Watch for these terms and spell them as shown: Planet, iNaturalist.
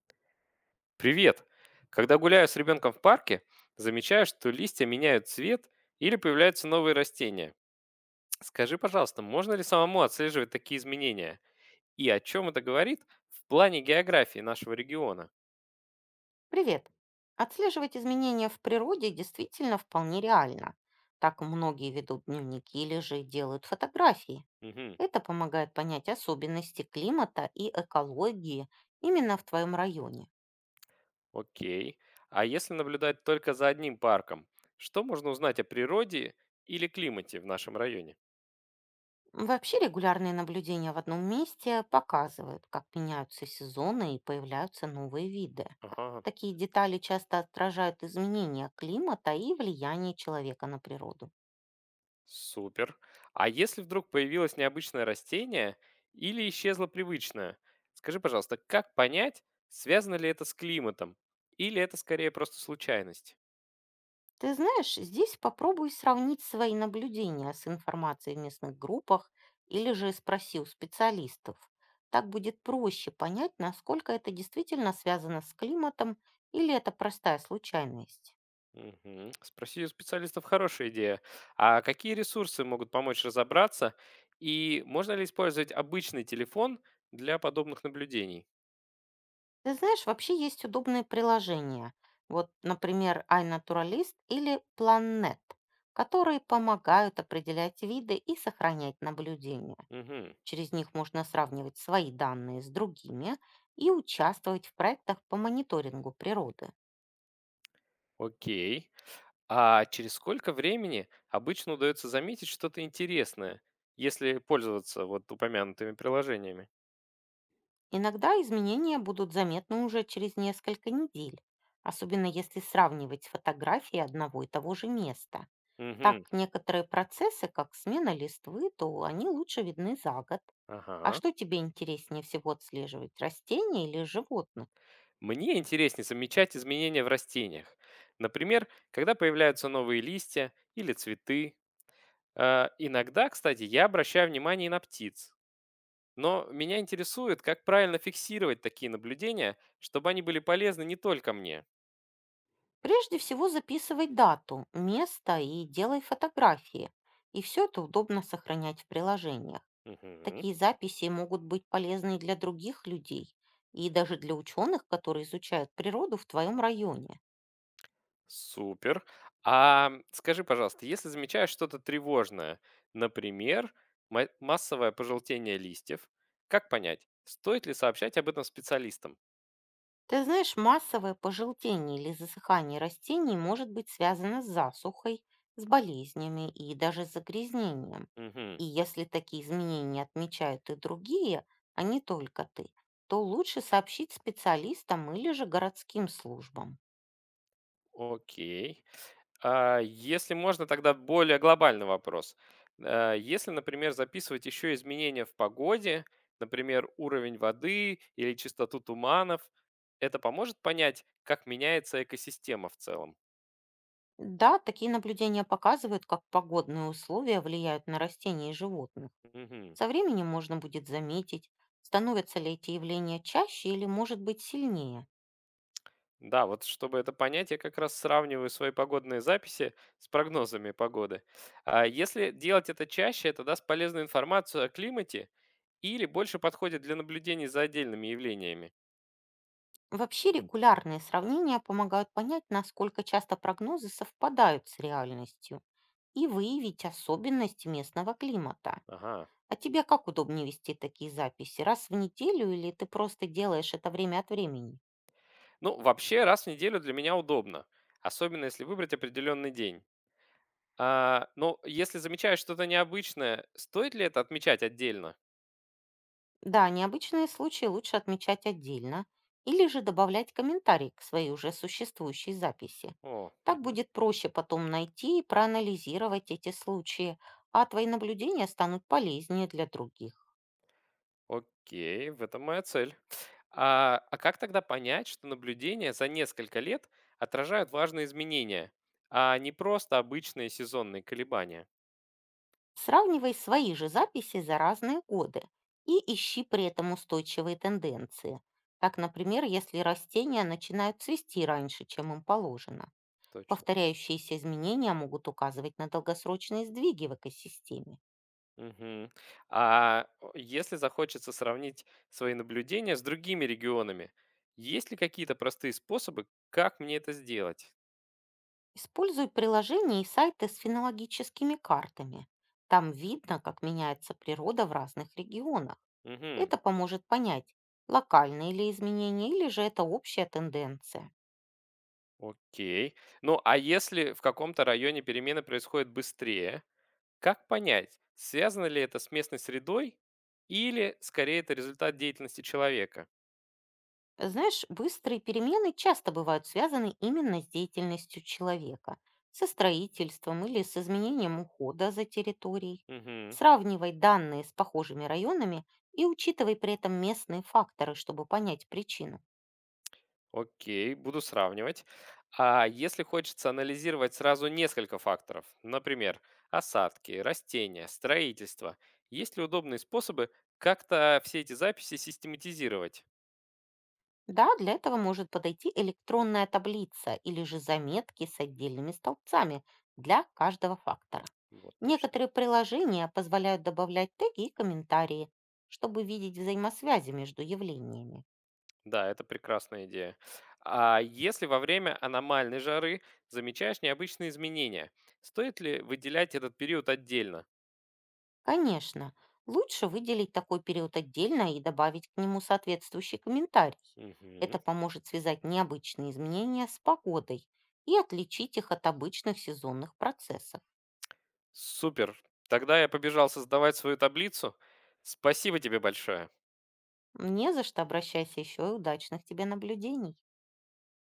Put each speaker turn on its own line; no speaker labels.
Привет! Когда гуляю с ребенком в парке, замечаю, что листья меняют цвет или появляются новые растения. Скажи, пожалуйста, можно ли самому отслеживать такие изменения? И о чем это говорит в плане географии нашего региона?
Привет! Отслеживать изменения в природе действительно вполне реально. Так многие ведут дневники или же делают фотографии.
Угу,
Это помогает понять особенности климата и экологии именно в твоем районе.
окей. А если наблюдать только за одним парком, что можно узнать о природе или климате в нашем районе?
Вообще регулярные наблюдения в одном месте показывают, как меняются сезоны и появляются новые виды.
Ага.
Такие детали часто отражают изменения климата и влияние человека на природу.
Супер. А если вдруг появилось необычное растение или исчезло привычное, скажи, пожалуйста, как понять, связано ли это с климатом? Или это скорее просто случайность?
Ты знаешь, здесь попробуй сравнить свои наблюдения с информацией в местных группах или же спроси у специалистов. Так будет проще понять, насколько это действительно связано с климатом или это простая случайность.
Мгм. Спроси у специалистов хорошая идея. А какие ресурсы могут помочь разобраться? И можно ли использовать обычный телефон для подобных наблюдений?
Ты знаешь, вообще есть удобные приложения. Вот, например, iNaturalist или Planet, которые помогают определять виды и сохранять наблюдения.
Мгм.
Через них можно сравнивать свои данные с другими и участвовать в проектах по мониторингу природы.
Окей. А через сколько времени обычно удается заметить что-то интересное, если пользоваться вот упомянутыми приложениями?
Иногда изменения будут заметны уже через несколько недель, особенно если сравнивать фотографии одного и того же места. Так
Мгм.
некоторые процессы, как смена листвы, то они лучше видны за год. А
Ага.
что тебе интереснее всего отслеживать, растения или животных?
Мне интереснее замечать изменения в растениях. Например, когда появляются новые листья или цветы. А, иногда, кстати, я обращаю внимание и на птиц. Но меня интересует, как правильно фиксировать такие наблюдения, чтобы они были полезны не только мне.
Прежде всего записывай дату, место и делай фотографии. И все это удобно сохранять в приложениях.
Мгм.
Такие записи могут быть полезны и для других людей, и даже для ученых, которые изучают природу в твоем районе.
Супер. А скажи, пожалуйста, если замечаешь что-то тревожное, например, массовое пожелтение листьев, как понять, стоит ли сообщать об этом специалистам?
Ты знаешь, массовое пожелтение или засыхание растений может быть связано с засухой, с болезнями и даже с загрязнением.
Мгм.
И если такие изменения отмечают и другие, а не только ты, то лучше сообщить специалистам или же городским службам.
Окей. А если можно, тогда более глобальный вопрос. Если, например, записывать еще изменения в погоде, например, уровень воды или частоту туманов, это поможет понять, как меняется экосистема в целом?
Да, такие наблюдения показывают, как погодные условия влияют на растения и животных.
Мгм.
Со временем можно будет заметить, становятся ли эти явления чаще или, может быть, сильнее.
Да, вот чтобы это понять, я как раз сравниваю свои погодные записи с прогнозами погоды. А если делать это чаще, это даст полезную информацию о климате или больше подходит для наблюдений за отдельными явлениями.
Вообще регулярные сравнения помогают понять, насколько часто прогнозы совпадают с реальностью и выявить особенности местного климата.
Ага.
А тебе как удобнее вести такие записи? Раз в неделю или ты просто делаешь это время от времени?
Ну, вообще, раз в неделю для меня удобно, особенно если выбрать определенный день. А, но если замечаешь что-то необычное, стоит ли это отмечать отдельно?
Да, необычные случаи лучше отмечать отдельно или же добавлять комментарий к своей уже существующей записи.
О,
Так
мгм.
будет проще потом найти и проанализировать эти случаи, а твои наблюдения станут полезнее для других.
Окей, в этом моя цель. А как тогда понять, что наблюдения за несколько лет отражают важные изменения, а не просто обычные сезонные колебания?
Сравнивай свои же записи за разные годы и ищи при этом устойчивые тенденции. Так, например, если растения начинают цвести раньше, чем им положено.
Точно.
Повторяющиеся изменения могут указывать на долгосрочные сдвиги в экосистеме.
Мгм. А о, если захочется сравнить свои наблюдения с другими регионами, есть ли какие-то простые способы, как мне это сделать?
Используй приложения и сайты с фенологическими картами. Там видно, как меняется природа в разных регионах.
Мгм.
Это поможет понять, локальные ли изменения или же это общая тенденция.
Окей. Ну, а если в каком-то районе перемены происходят быстрее, как понять, связано ли это с местной средой или скорее это результат деятельности человека?
Знаешь, быстрые перемены часто бывают связаны именно с деятельностью человека, со строительством или с изменением ухода за территорией.
Мгм.
Сравнивай данные с похожими районами и учитывай при этом местные факторы, чтобы понять причину.
Окей, буду сравнивать. А если хочется анализировать сразу несколько факторов, например, осадки, растения, строительство, есть ли удобные способы как-то все эти записи систематизировать?
Да, для этого может подойти электронная таблица или же заметки с отдельными столбцами для каждого фактора.
Вот точно.
Некоторые приложения позволяют добавлять теги и комментарии, чтобы видеть взаимосвязи между явлениями.
Да, это прекрасная идея. А если во время аномальной жары замечаешь необычные изменения, стоит ли выделять этот период отдельно?
Конечно, лучше выделить такой период отдельно и добавить к нему соответствующий комментарий.
Мгм.
Это поможет связать необычные изменения с погодой и отличить их от обычных сезонных процессов.
Супер. Тогда я побежал создавать свою таблицу. Спасибо тебе большое.
Не за что обращайся еще и удачных тебе наблюдений.